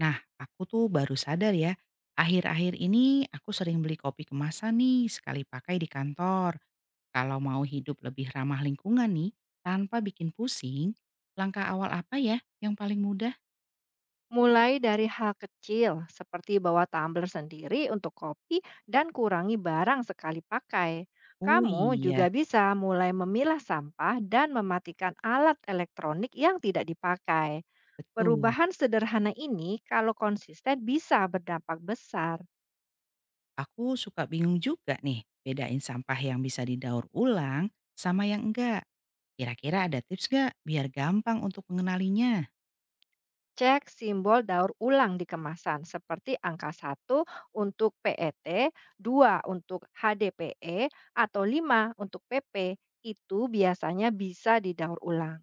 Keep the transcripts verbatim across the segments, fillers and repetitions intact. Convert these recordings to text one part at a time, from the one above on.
Nah, aku tuh baru sadar ya, akhir-akhir ini aku sering beli kopi kemasan nih sekali pakai di kantor. Kalau mau hidup lebih ramah lingkungan nih, tanpa bikin pusing, langkah awal apa ya yang paling mudah? Mulai dari hal kecil seperti bawa tumbler sendiri untuk kopi dan kurangi barang sekali pakai. Oh Kamu iya, juga bisa mulai memilah sampah dan mematikan alat elektronik yang tidak dipakai. betul. Perubahan sederhana ini kalau konsisten bisa berdampak besar. Aku suka bingung juga nih, bedain sampah yang bisa didaur ulang sama yang enggak. Kira-kira ada tips gak biar gampang untuk mengenalinya? Cek simbol daur ulang di kemasan seperti angka satu untuk P E T, dua untuk H D P E, atau lima untuk P P. Itu biasanya bisa didaur ulang.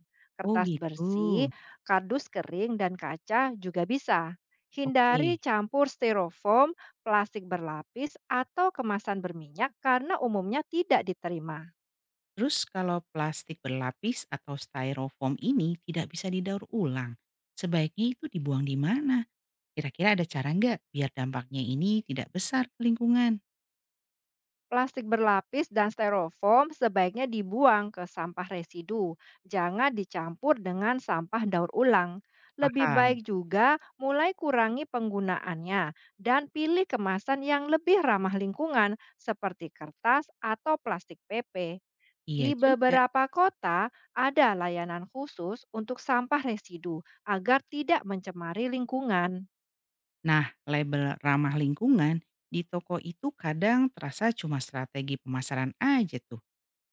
Oh Kertas gitu, bersih, kardus kering, dan kaca juga bisa. oke. Hindari campur styrofoam, plastik berlapis, atau kemasan berminyak karena umumnya tidak diterima. Terus kalau plastik berlapis atau styrofoam ini tidak bisa didaur ulang, sebaiknya itu dibuang di mana? Kira-kira ada cara nggak biar dampaknya ini tidak besar ke lingkungan? Plastik berlapis dan styrofoam sebaiknya dibuang ke sampah residu, jangan dicampur dengan sampah daur ulang. Lebih baik Paham? juga mulai kurangi penggunaannya dan pilih kemasan yang lebih ramah lingkungan seperti kertas atau plastik P P. Iya Di juga. beberapa kota ada layanan khusus untuk sampah residu agar tidak mencemari lingkungan. Nah, label ramah lingkungan di toko itu kadang terasa cuma strategi pemasaran aja tuh.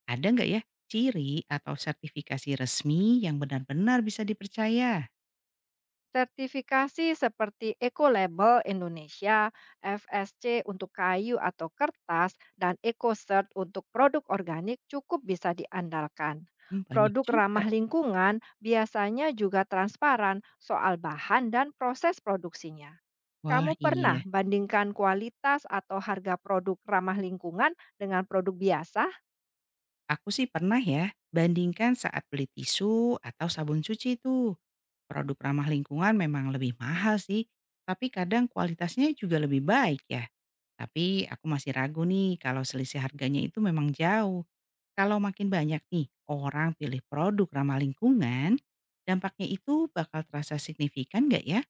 Ada nggak ya ciri atau sertifikasi resmi yang benar-benar bisa dipercaya? Sertifikasi seperti Ecolabel Indonesia, F S C untuk kayu atau kertas, dan EcoCert untuk produk organik cukup bisa diandalkan. Hmm, banyak Produk juga. ramah lingkungan biasanya juga transparan soal bahan dan proses produksinya. Wah, Kamu iya. pernah bandingkan kualitas atau harga produk ramah lingkungan dengan produk biasa? Aku sih pernah ya, bandingkan saat beli tisu atau sabun cuci itu. Produk ramah lingkungan memang lebih mahal sih, tapi kadang kualitasnya juga lebih baik ya. Tapi aku masih ragu nih kalau selisih harganya itu memang jauh. Kalau makin banyak nih orang pilih produk ramah lingkungan, dampaknya itu bakal terasa signifikan nggak ya?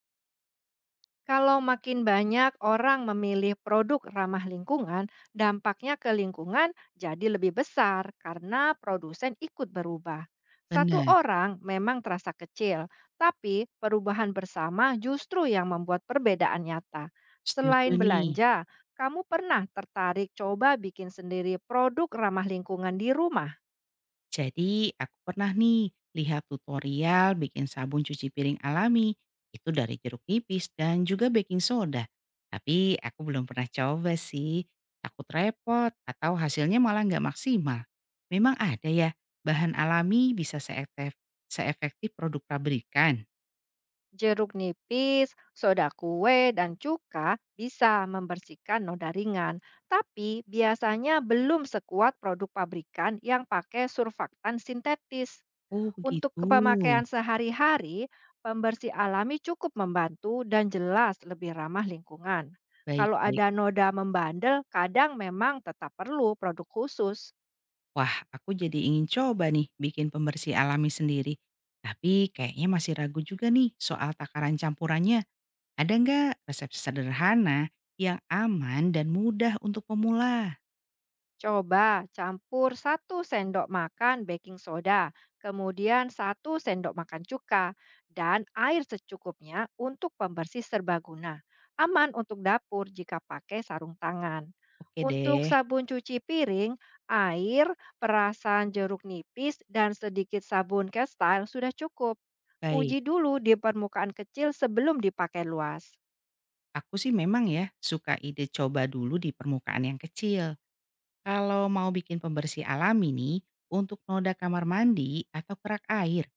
Kalau makin banyak orang memilih produk ramah lingkungan, dampaknya ke lingkungan jadi lebih besar karena produsen ikut berubah. Satu Benar, orang memang terasa kecil, tapi perubahan bersama justru yang membuat perbedaan nyata. setuju Selain nih. belanja, kamu pernah tertarik coba bikin sendiri produk ramah lingkungan di rumah? Jadi aku pernah nih lihat tutorial bikin sabun cuci piring alami. Itu dari jeruk nipis dan juga baking soda. Tapi aku belum pernah coba sih. Takut repot atau hasilnya malah nggak maksimal. Memang ada ya, bahan alami bisa seefek- seefektif produk pabrikan. Jeruk nipis, soda kue, dan cuka bisa membersihkan noda ringan, tapi biasanya belum sekuat produk pabrikan yang pakai surfaktan sintetis. Oh Untuk begitu, kepemakaian sehari-hari, pembersih alami cukup membantu dan jelas lebih ramah lingkungan. Kalau baik-baik. ada noda membandel, kadang memang tetap perlu produk khusus. Wah, aku jadi ingin coba nih bikin pembersih alami sendiri. Tapi kayaknya masih ragu juga nih soal takaran campurannya. Ada nggak resep sederhana yang aman dan mudah untuk pemula? Coba campur satu sendok makan baking soda, kemudian satu sendok makan cuka, dan air secukupnya untuk pembersih serbaguna. Aman untuk dapur jika pakai sarung tangan. Oke Untuk deh, sabun cuci piring, air, perasan jeruk nipis, dan sedikit sabun castile sudah cukup. Uji baik. dulu di permukaan kecil sebelum dipakai luas. Aku sih memang ya suka ide coba dulu di permukaan yang kecil. Kalau mau bikin pembersih alami nih, untuk noda kamar mandi atau kerak air,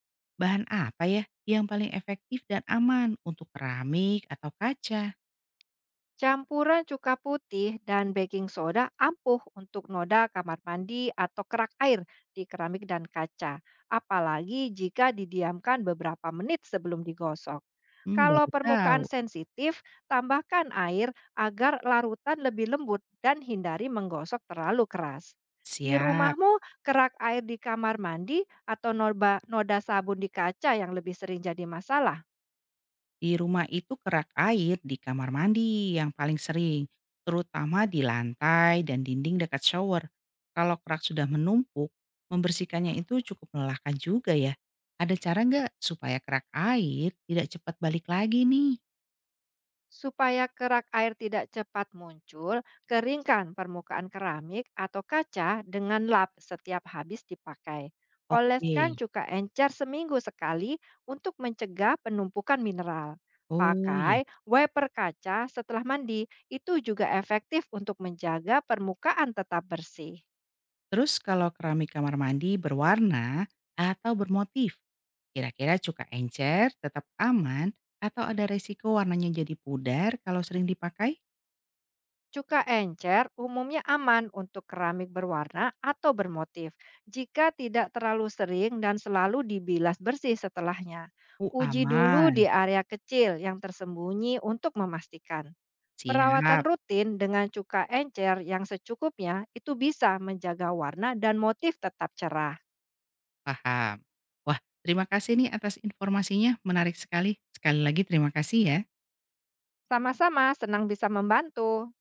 bahan apa ya yang paling efektif dan aman untuk keramik atau kaca? Campuran cuka putih dan baking soda ampuh untuk noda kamar mandi atau kerak air di keramik dan kaca, apalagi jika didiamkan beberapa menit sebelum digosok. Hmm, Kalau baru tahu. permukaan sensitif, tambahkan air agar larutan lebih lembut dan hindari menggosok terlalu keras. Di Siap. rumahmu, kerak air di kamar mandi atau noda, noda sabun di kaca yang lebih sering jadi masalah? Di rumah itu kerak air di kamar mandi yang paling sering, terutama di lantai dan dinding dekat shower. Kalau kerak sudah menumpuk, membersihkannya itu cukup melelahkan juga ya. Ada cara nggak supaya kerak air tidak cepat balik lagi nih? Supaya kerak air tidak cepat muncul, keringkan permukaan keramik atau kaca dengan lap setiap habis dipakai. Oleskan Oke, cuka encer seminggu sekali untuk mencegah penumpukan mineral. oh Pakai iya. wiper kaca setelah mandi, itu juga efektif untuk menjaga permukaan tetap bersih. Terus kalau keramik kamar mandi berwarna atau bermotif, kira-kira cuka encer tetap aman atau ada resiko warnanya jadi pudar kalau sering dipakai? Cuka encer umumnya aman untuk keramik berwarna atau bermotif jika tidak terlalu sering dan selalu dibilas bersih setelahnya. Oh, Uji dulu di aman. area kecil yang tersembunyi untuk memastikan. Perawatan Siap, rutin dengan cuka encer yang secukupnya itu bisa menjaga warna dan motif tetap cerah. paham. Wah, terima kasih nih atas informasinya, menarik sekali. Sekali lagi terima kasih ya. Sama-sama senang bisa membantu.